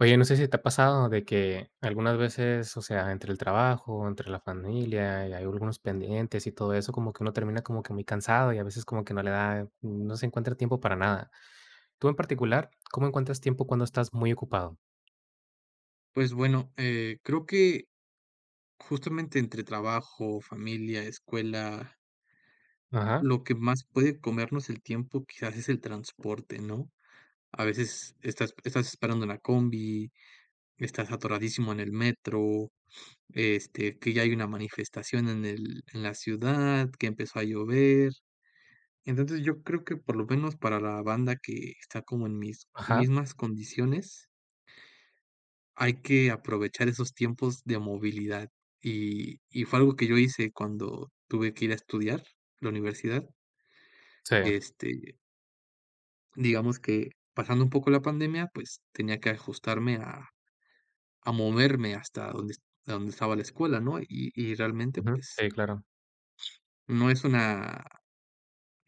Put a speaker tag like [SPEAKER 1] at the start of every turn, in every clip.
[SPEAKER 1] Oye, no sé si te ha pasado de que algunas veces, o sea, entre el trabajo, entre la familia, y hay algunos pendientes y todo eso, como que uno termina como que muy cansado y a veces como que no le da, no se encuentra tiempo para nada. Tú en particular, ¿cómo encuentras tiempo cuando estás muy ocupado?
[SPEAKER 2] Pues bueno, creo que justamente entre trabajo, familia, escuela,
[SPEAKER 1] Ajá,
[SPEAKER 2] lo que más puede comernos el tiempo quizás es el transporte, ¿no? A veces estás esperando una combi, estás atoradísimo en el metro, que ya hay una manifestación en la ciudad, que empezó a llover. Entonces yo creo que por lo menos para la banda que está como en mis
[SPEAKER 1] ajá,
[SPEAKER 2] mismas condiciones, hay que aprovechar esos tiempos de movilidad. Y fue algo que yo hice cuando tuve que ir a estudiar la universidad.
[SPEAKER 1] sí,
[SPEAKER 2] Este, digamos que pasando un poco la pandemia, pues tenía que ajustarme a moverme hasta donde a donde estaba la escuela, ¿no? Y realmente,
[SPEAKER 1] ujú,
[SPEAKER 2] pues,
[SPEAKER 1] sí, claro.
[SPEAKER 2] no es una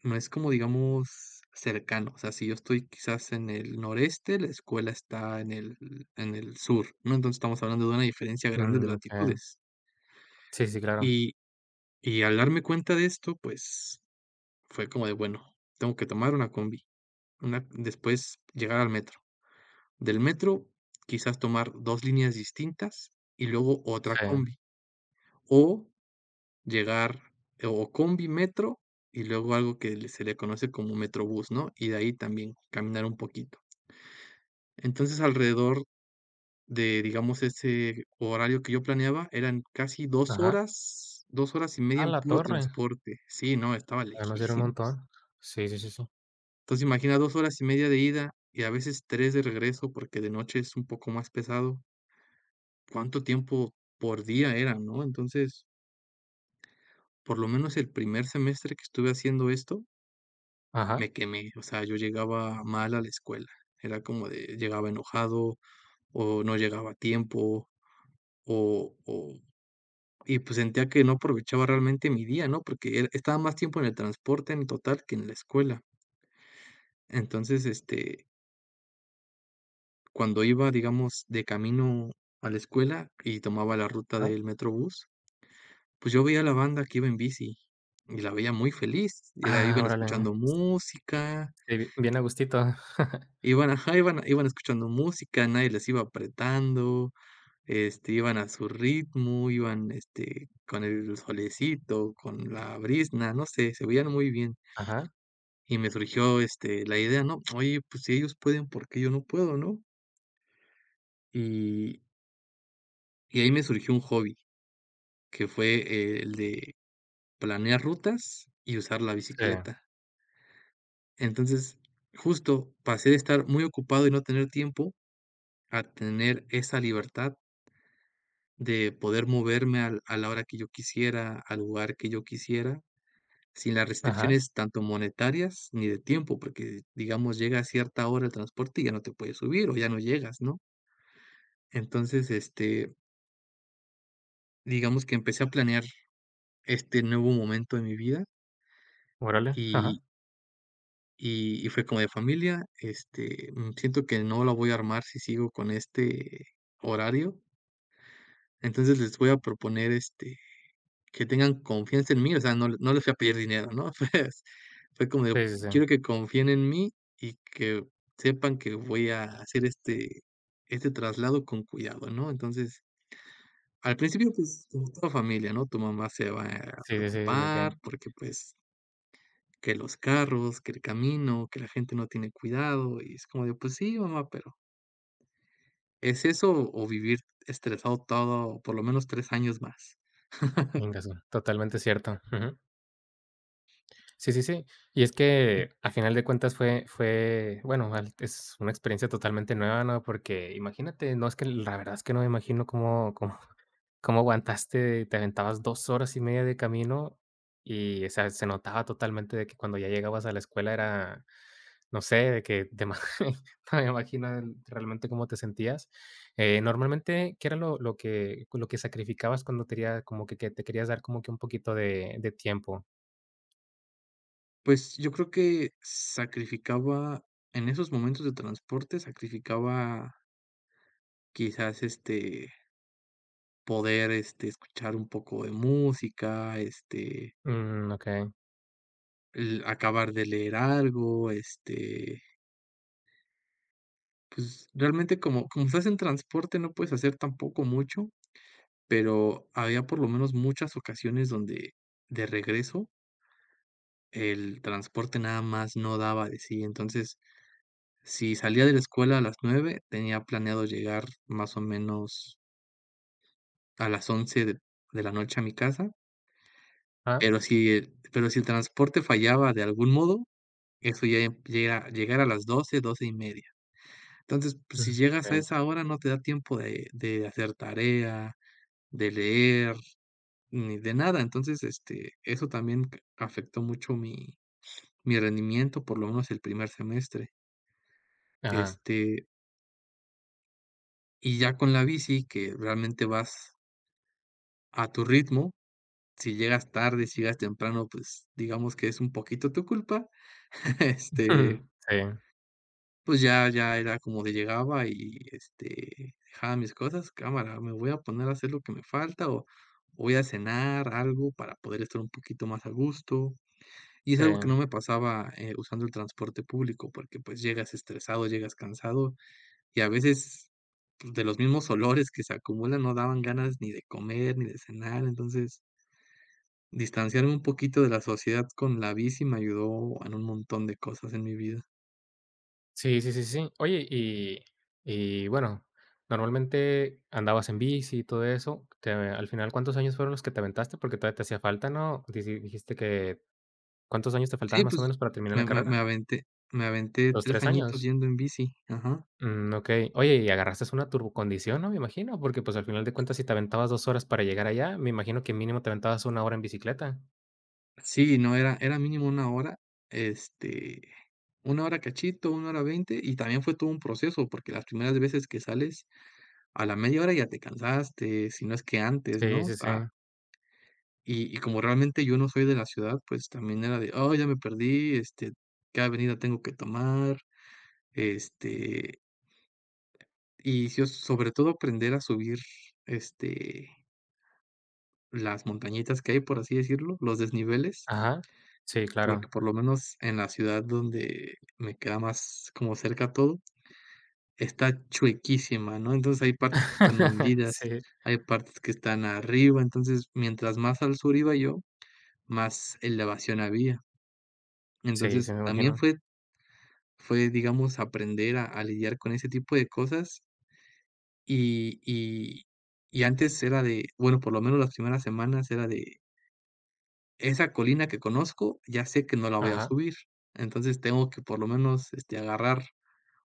[SPEAKER 2] no es como, digamos, cercano. O sea, si yo estoy quizás en el noreste, la escuela está en el sur, ¿no? Entonces, estamos hablando de una diferencia grande de
[SPEAKER 1] Mm, okey.
[SPEAKER 2] latitudes.
[SPEAKER 1] Sí, sí, claro.
[SPEAKER 2] Y Y al darme cuenta de esto, pues, fue como de, bueno, tengo que tomar una combi, una después llegar al metro. Del metro, quizás tomar 2 líneas distintas y luego otra
[SPEAKER 1] Sí,
[SPEAKER 2] combi, o llegar o combi, metro y luego algo que le se le conoce como metrobús, ¿no? Y de ahí también caminar un poquito. Entonces, alrededor de, digamos, ese horario que yo planeaba, eran casi dos
[SPEAKER 1] ajá.
[SPEAKER 2] horas, 2 horas y media
[SPEAKER 1] ¡Ah,
[SPEAKER 2] en
[SPEAKER 1] la
[SPEAKER 2] puro
[SPEAKER 1] torre!
[SPEAKER 2] transporte. Sí, no, estaba
[SPEAKER 1] Ah, no, sí un
[SPEAKER 2] lejísimos.
[SPEAKER 1] montón. Sí, sí, sí, sí.
[SPEAKER 2] Entonces, imagina 2 horas y media de ida y a veces 3 de regreso, porque de noche es un poco más pesado. ¿Cuánto tiempo por día era, no? Entonces, por lo menos el primer semestre que estuve haciendo esto,
[SPEAKER 1] Ajá,
[SPEAKER 2] me quemé. O sea, yo llegaba mal a la escuela. Era como de llegaba enojado, o no llegaba a tiempo, o y, pues, sentía que no aprovechaba realmente mi día, ¿no? Porque era estaba más tiempo en el transporte en total que en la escuela. Entonces, cuando iba, digamos, de camino a la escuela y tomaba la ruta
[SPEAKER 1] ajá.
[SPEAKER 2] del Metrobús, pues yo veía a la banda que iba en bici y la veía muy feliz. Y la
[SPEAKER 1] Ah,
[SPEAKER 2] iban
[SPEAKER 1] órale.
[SPEAKER 2] escuchando música,
[SPEAKER 1] Sí, bien a gustito.
[SPEAKER 2] iban, ajá, iban escuchando música, nadie les iba apretando, iban a su ritmo, iban, con el solecito, con la brisna, no sé, se veían muy bien.
[SPEAKER 1] Ajá,
[SPEAKER 2] Y me surgió, la idea, ¿no? Oye, pues si ellos pueden, ¿por qué yo no puedo, no? Y, y ahí me surgió un hobby. Que fue el de planear rutas y usar la
[SPEAKER 1] sí,
[SPEAKER 2] bicicleta. Entonces, justo pasé de estar muy ocupado y no tener tiempo a tener esa libertad de poder moverme a la hora que yo quisiera, al lugar que yo quisiera, sin las
[SPEAKER 1] ajá.
[SPEAKER 2] restricciones tanto monetarias ni de tiempo, porque digamos llega a cierta hora el transporte y ya no te puedes subir o ya no llegas, ¿no? Entonces, digamos que empecé a planear este nuevo momento de mi vida.
[SPEAKER 1] Órale, ajá.
[SPEAKER 2] Y fue como de: "Familia, siento que no la voy a armar si sigo con este horario, entonces les voy a proponer, que tengan confianza en mí", o sea, no les voy a pedir dinero, ¿no? Fue como de:
[SPEAKER 1] Sí, sí, sí.
[SPEAKER 2] "Quiero que confíen en mí y que sepan que voy a hacer este traslado con cuidado", ¿no? Entonces, al principio, pues, como toda familia, ¿no? Tu mamá se va a
[SPEAKER 1] Sí, sí, sí, de que
[SPEAKER 2] preocupar porque, pues, que los carros, que el camino, que la gente no tiene cuidado, y es como de, pues sí, mamá, pero ¿es eso o vivir estresado todo por lo menos 3 años más?
[SPEAKER 1] Íngasu, totalmente cierto. Ujú. Sí, sí, sí. Y es
[SPEAKER 2] Y
[SPEAKER 1] que, a final de cuentas, fue, bueno, al es una experiencia totalmente nueva, ¿no? Porque imagínate, no, es que la verdad es que no me imagino cómo cómo aguantaste, te aventabas 2 horas y media de camino y, o sea, se notaba totalmente de que cuando ya llegabas a la escuela era No sé, de que te ima no me imagino el realmente cómo te sentías. Normalmente, ¿qué era lo que sacrificabas cuando te quería como que te querías dar como que un poquito de tiempo?
[SPEAKER 2] pues yo creo que sacrificaba en esos momentos de transporte, sacrificaba quizás, poder, escuchar un poco de música,
[SPEAKER 1] Mm, okey.
[SPEAKER 2] el acabar de leer algo, pues realmente como estás en transporte no puedes hacer tampoco mucho, pero había por lo menos muchas ocasiones donde de regreso el transporte nada más no daba de sí. Entonces, si salía de la escuela a las 9 tenía planeado llegar más o menos a las 11 de la noche a mi casa,
[SPEAKER 1] Ah,
[SPEAKER 2] pero si el transporte fallaba de algún modo, eso ya llegar a las doce y media. Entonces, pues, si
[SPEAKER 1] mm,
[SPEAKER 2] llegas a
[SPEAKER 1] okey.
[SPEAKER 2] esa hora, no te da tiempo de hacer tarea, de leer, ni de nada. Entonces, eso también c afectó mucho mi rendimiento, por lo menos el primer semestre.
[SPEAKER 1] Ajá.
[SPEAKER 2] Este, y ya con la bici, que realmente vas a tu ritmo, si llegas tarde, si llegas temprano, pues, digamos que es un poquito tu culpa,
[SPEAKER 1] Mm.
[SPEAKER 2] este,
[SPEAKER 1] Sí,
[SPEAKER 2] pues, ya era como de llegaba y, dejaba mis cosas, cámara, me voy a poner a hacer lo que me falta, o voy a cenar algo para poder estar un poquito más a gusto. Y es
[SPEAKER 1] sí.
[SPEAKER 2] algo que no me pasaba, usando el transporte público, porque, pues, llegas estresado, llegas cansado, y a veces, pues, de los mismos olores que se acumulan no daban ganas ni de comer ni de cenar. Entonces, distanciarme un poquito de la sociedad con la bici me ayudó en un montón de cosas en mi vida.
[SPEAKER 1] Sí, sí, sí, sí. Oye, y bueno, normalmente andabas en bici y todo eso, te al final, ¿cuántos años fueron los que te aventaste? Porque todavía te hacía falta, ¿no? Dici dijiste que, ¿cuántos años te faltaban
[SPEAKER 2] Sí,
[SPEAKER 1] más o
[SPEAKER 2] pues,
[SPEAKER 1] menos para terminar la
[SPEAKER 2] me me me
[SPEAKER 1] carrera?
[SPEAKER 2] aventé me aventé
[SPEAKER 1] ¿Los
[SPEAKER 2] 3
[SPEAKER 1] 3
[SPEAKER 2] añitos
[SPEAKER 1] años?
[SPEAKER 2] yendo en bici. Ajá.
[SPEAKER 1] Mm, okey. Oye, y agarraste una turbocondición, ¿no? Me imagino, porque, pues, al final de cuentas, si te aventabas 2 horas para llegar allá, me imagino que mínimo te aventabas 1 hora en bicicleta.
[SPEAKER 2] Sí, no, era mínimo 1 hora, este, 1 hora cachito, una hora 20 y también fue todo un proceso, porque las primeras veces que sales, a la media hora ya te cansaste, si no es que antes,
[SPEAKER 1] Sí,
[SPEAKER 2] ¿no? O
[SPEAKER 1] sí, sí.
[SPEAKER 2] sea, y como realmente yo no soy de la ciudad, pues también era de: oh ya me perdí, ¿qué avenida tengo que tomar? Este, y sí, sobre todo aprender a subir, este, las montañitas que hay, por así decirlo, los desniveles,
[SPEAKER 1] Ajá. Sí,
[SPEAKER 2] porque
[SPEAKER 1] claro.
[SPEAKER 2] por lo menos en la ciudad donde me queda más como cerca todo, está chuequísima, ¿no? Entonces, hay partes que están hundidas,
[SPEAKER 1] Sí,
[SPEAKER 2] hay partes que están arriba, entonces, mientras más al sur iba yo, más elevación había.
[SPEAKER 1] sí,
[SPEAKER 2] Entonces,
[SPEAKER 1] sí, me
[SPEAKER 2] también
[SPEAKER 1] imagino.
[SPEAKER 2] fue, digamos, aprender a lidiar con ese tipo de cosas, y y y antes era de, bueno, por lo menos las primeras semanas era de, esa colina que conozco, ya sé que no la voy a
[SPEAKER 1] Ajá.
[SPEAKER 2] subir, entonces tengo que por lo menos, agarrar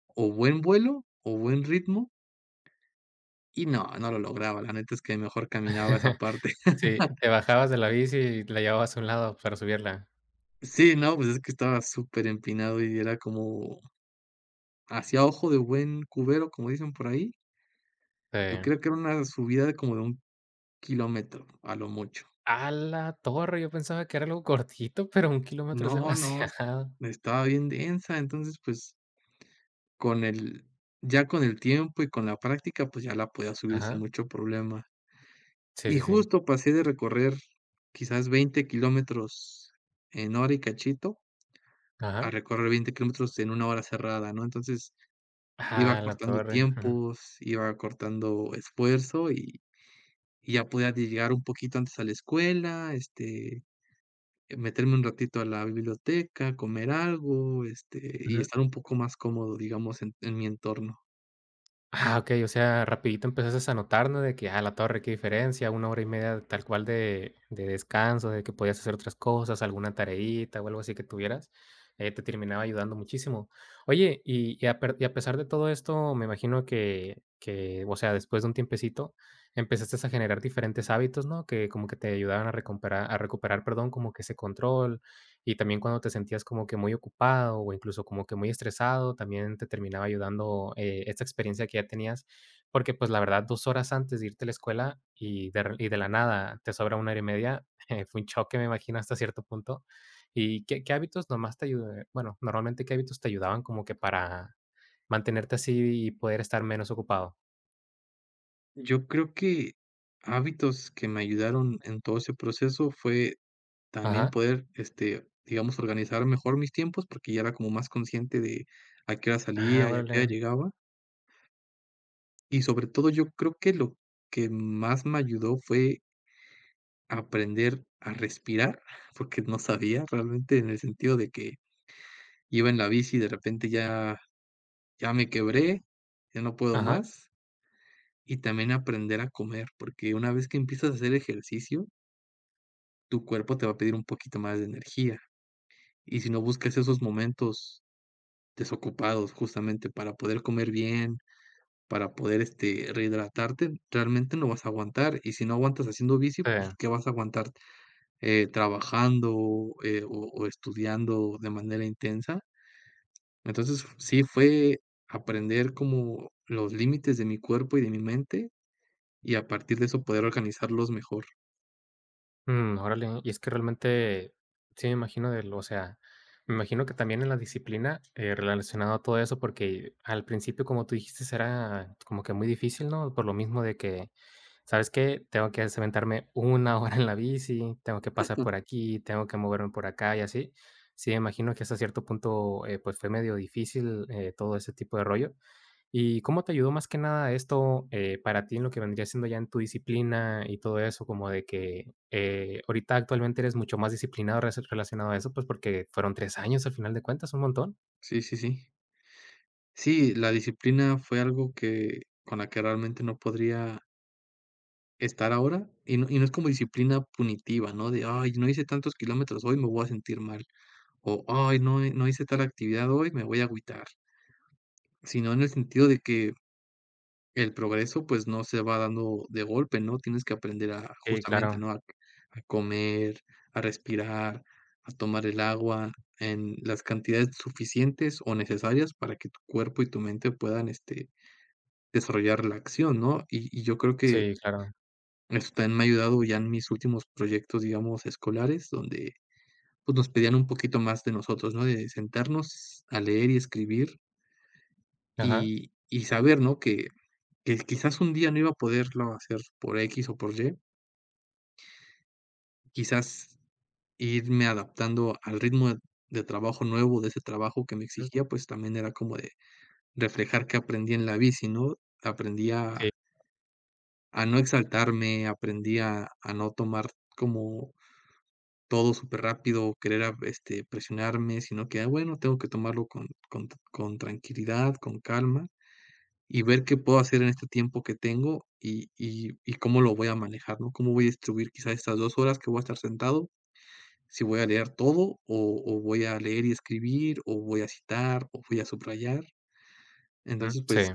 [SPEAKER 2] o buen vuelo o buen ritmo. Y no, no lo lograba, la neta es que mejor caminaba esa parte.
[SPEAKER 1] Sí, te bajabas de la bici y la llevabas a un lado para subirla.
[SPEAKER 2] Sí, no, pues es que estaba súper empinado y era como hacia ojo de buen cubero, como dicen por ahí.
[SPEAKER 1] Sí.
[SPEAKER 2] Yo creo que era una subida de como de 1 kilómetro, a lo mucho.
[SPEAKER 1] A la torre, yo pensaba que era algo cortito, pero 1 kilómetro es
[SPEAKER 2] No, no,
[SPEAKER 1] demasiado.
[SPEAKER 2] estaba bien densa, entonces, pues, con el ya con el tiempo y con la práctica, pues, ya la podía subir sin
[SPEAKER 1] Ajá.
[SPEAKER 2] mucho problema.
[SPEAKER 1] Sí,
[SPEAKER 2] Y
[SPEAKER 1] sí, sí.
[SPEAKER 2] justo pasé de recorrer quizás 20 kilómetros en hora y cachito a
[SPEAKER 1] Ajá.
[SPEAKER 2] recorrer 20 kilómetros en 1 hora cerrada, ¿no? Entonces,
[SPEAKER 1] A
[SPEAKER 2] iba
[SPEAKER 1] la
[SPEAKER 2] cortando
[SPEAKER 1] torre. Ujú.
[SPEAKER 2] tiempos, iba cortando esfuerzo y ya podía llegar un poquito antes a la escuela, meterme un ratito a la biblioteca, comer algo, y
[SPEAKER 1] Ujú.
[SPEAKER 2] estar un poco más cómodo, digamos, en mi entorno.
[SPEAKER 1] Ah, okey, o sea, rapidito empezaste a notar, ¿no? De que, ah, la torre, qué diferencia, 1 hora y media tal cual de descanso, de que podías hacer otras cosas, alguna tareita o algo así que tuvieras, te terminaba ayudando muchísimo. Oye, y a pesar de todo esto, me imagino que, o sea, después de un tiempecito, empezaste a generar diferentes hábitos, ¿no? Que como que te ayudaban a recuperar, perdón, como que ese control, y también cuando te sentías como que muy ocupado o incluso como que muy estresado, también te terminaba ayudando esta experiencia que ya tenías, porque pues la verdad 2 horas antes de irte a la escuela y de re y de la nada te sobra 1 hora y media, fue un choque, me imagino, hasta cierto punto. ¿Y qué hábitos nomás te ayu bueno, normalmente qué hábitos te ayudaban como que para mantenerte así y poder estar menos ocupado?
[SPEAKER 2] Yo creo que hábitos que me ayudaron en todo ese proceso fue también
[SPEAKER 1] Ajá.
[SPEAKER 2] poder, digamos, organizar mejor mis tiempos, porque ya era como más consciente de a qué hora
[SPEAKER 1] Ah,
[SPEAKER 2] salía y a qué hora
[SPEAKER 1] órale.
[SPEAKER 2] llegaba. Y sobre todo, yo creo que lo que más me ayudó fue aprender a respirar, porque no sabía realmente en el sentido de que iba en la bici y de repente ya me quebré, ya no puedo
[SPEAKER 1] Ajá,
[SPEAKER 2] más, y también aprender a comer, porque una vez que empiezas a hacer ejercicio, tu cuerpo te va a pedir un poquito más de energía, y si no buscas esos momentos desocupados justamente para poder comer bien, para poder, rehidratarte, realmente no vas a aguantar. Y si no aguantas haciendo bici,
[SPEAKER 1] sí.
[SPEAKER 2] pues, ¿qué vas a aguantar? Trabajando, o estudiando de manera intensa. Entonces, sí fue aprender como los límites de mi cuerpo y de mi mente, y a partir de eso poder organizarlos mejor.
[SPEAKER 1] Mm, órale. Y es que realmente sí me imagino del, o sea, me imagino que también en la disciplina relacionado a todo eso, porque al principio, como tú dijiste, era como que muy difícil, ¿no? Por lo mismo de que, ¿sabes qué? Tengo que aventarme una hora en la bici, tengo que pasar por aquí, tengo que moverme por acá y así. Sí, me imagino que hasta cierto punto, pues fue medio difícil todo ese tipo de rollo. ¿Y cómo te ayudó más que nada esto, para ti en lo que vendría siendo ya en tu disciplina y todo eso? Como de que, ahorita actualmente eres mucho más disciplinado rese relacionado a eso, pues, porque fueron 3 años al final de cuentas, un montón.
[SPEAKER 2] Sí, sí, sí. Sí, la disciplina fue algo que con la que realmente no podría estar ahora, y no es como disciplina punitiva, ¿no? De: "Ay, no hice tantos kilómetros hoy, me voy a sentir mal". O, ay, no, no hice tal actividad hoy, me voy a agüitar. Sino en el sentido de que el progreso, pues no se va dando de golpe, ¿no? Tienes que aprender a,
[SPEAKER 1] Sí,
[SPEAKER 2] justamente,
[SPEAKER 1] claro.
[SPEAKER 2] ¿no? A comer, a respirar, a tomar el agua en las cantidades suficientes o necesarias para que tu cuerpo y tu mente puedan, desarrollar la acción, ¿no? Y yo creo que
[SPEAKER 1] Sí, claro.
[SPEAKER 2] eso también me ha ayudado ya en mis últimos proyectos, digamos, escolares, donde pues nos pedían un poquito más de nosotros, ¿no? De sentarnos a leer y escribir.
[SPEAKER 1] Ajá.
[SPEAKER 2] Y saber, ¿no? Que quizás un día no iba a poderlo hacer por X o por Y, quizás irme adaptando al ritmo de trabajo nuevo, de ese trabajo que me
[SPEAKER 1] Mm.
[SPEAKER 2] exigía, pues también era como de reflejar que aprendí en la bici, ¿no? Aprendí a
[SPEAKER 1] Sí.
[SPEAKER 2] a no exaltarme, aprendí a no tomar como todo súper rápido querer a presionarme, sino que, ah, bueno, tengo que tomarlo con con tranquilidad, con calma. Y ver qué puedo hacer en este tiempo que tengo y cómo lo voy a manejar, ¿no? Cómo voy a distribuir quizás estas 2 horas que voy a estar sentado, si voy a leer todo o voy a leer y escribir o voy a citar o voy a subrayar.
[SPEAKER 1] Ujú.
[SPEAKER 2] Entonces,
[SPEAKER 1] Sí.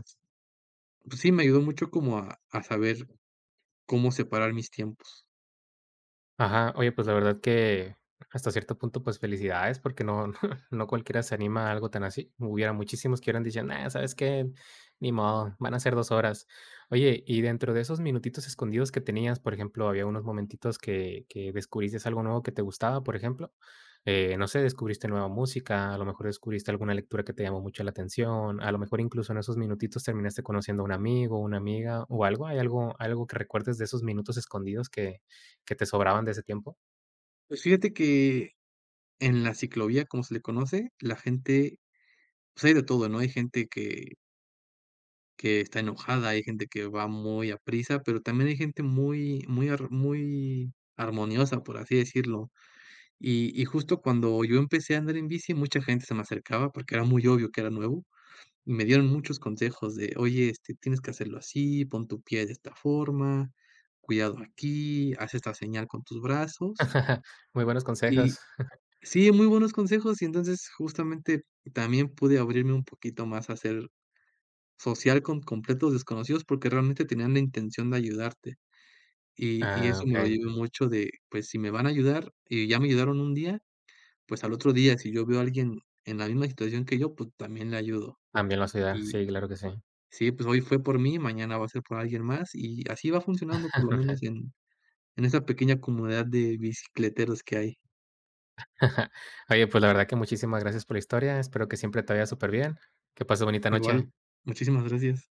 [SPEAKER 2] pues sí, me ayudó mucho como a saber cómo separar mis tiempos.
[SPEAKER 1] Ajá, oye, pues la verdad que hasta cierto punto, pues felicidades, porque no, no cualquiera se anima a algo tan así. Hubiera muchísimos que hubieran dicho, nah, ¿sabes qué? Ni modo, van a ser 2 horas. Oye, y dentro de esos minutitos escondidos que tenías, por ejemplo, había unos momentitos que descubriste algo nuevo que te gustaba, por ejemplo. No sé, descubriste nueva música, a lo mejor descubriste alguna lectura que te llamó mucho la atención, a lo mejor incluso en esos minutitos terminaste conociendo a un amigo, una amiga o algo. ¿Hay algo, algo que recuerdes de esos minutos escondidos que te sobraban de ese tiempo?
[SPEAKER 2] Pues fíjate que en la ciclovía, como se le conoce, la gente pues hay de todo, ¿no? Hay gente que está enojada, hay gente que va muy a prisa pero también hay gente muy muy ar muy armoniosa, por así decirlo. Y justo cuando yo empecé a andar en bici, mucha gente se me acercaba porque era muy obvio que era nuevo, y me dieron muchos consejos de: "Oye, tienes que hacerlo así, pon tu pie de esta forma, cuidado aquí, haz esta señal con tus brazos".
[SPEAKER 1] Muy buenos
[SPEAKER 2] Y
[SPEAKER 1] consejos.
[SPEAKER 2] sí, muy buenos consejos, y entonces justamente también pude abrirme un poquito más a hacer social con completos desconocidos, porque realmente tenían la intención de ayudarte. Y
[SPEAKER 1] Ah,
[SPEAKER 2] eso me lo
[SPEAKER 1] okey.
[SPEAKER 2] llevo mucho de, pues, si me van a ayudar y ya me ayudaron un día, pues, al otro día, si yo veo a alguien en la misma situación que yo, pues, también le ayudo.
[SPEAKER 1] También lo vas a ayudar.
[SPEAKER 2] Y
[SPEAKER 1] Sí, claro que sí.
[SPEAKER 2] sí, pues, hoy fue por mí, mañana va a ser por alguien más, y así va funcionando, por lo menos en esa pequeña comunidad de bicicleteros que hay.
[SPEAKER 1] Oye, pues, la verdad que muchísimas gracias por la historia. Espero que siempre te vaya súper bien. Que pases bonita noche.
[SPEAKER 2] Igual, muchísimas gracias.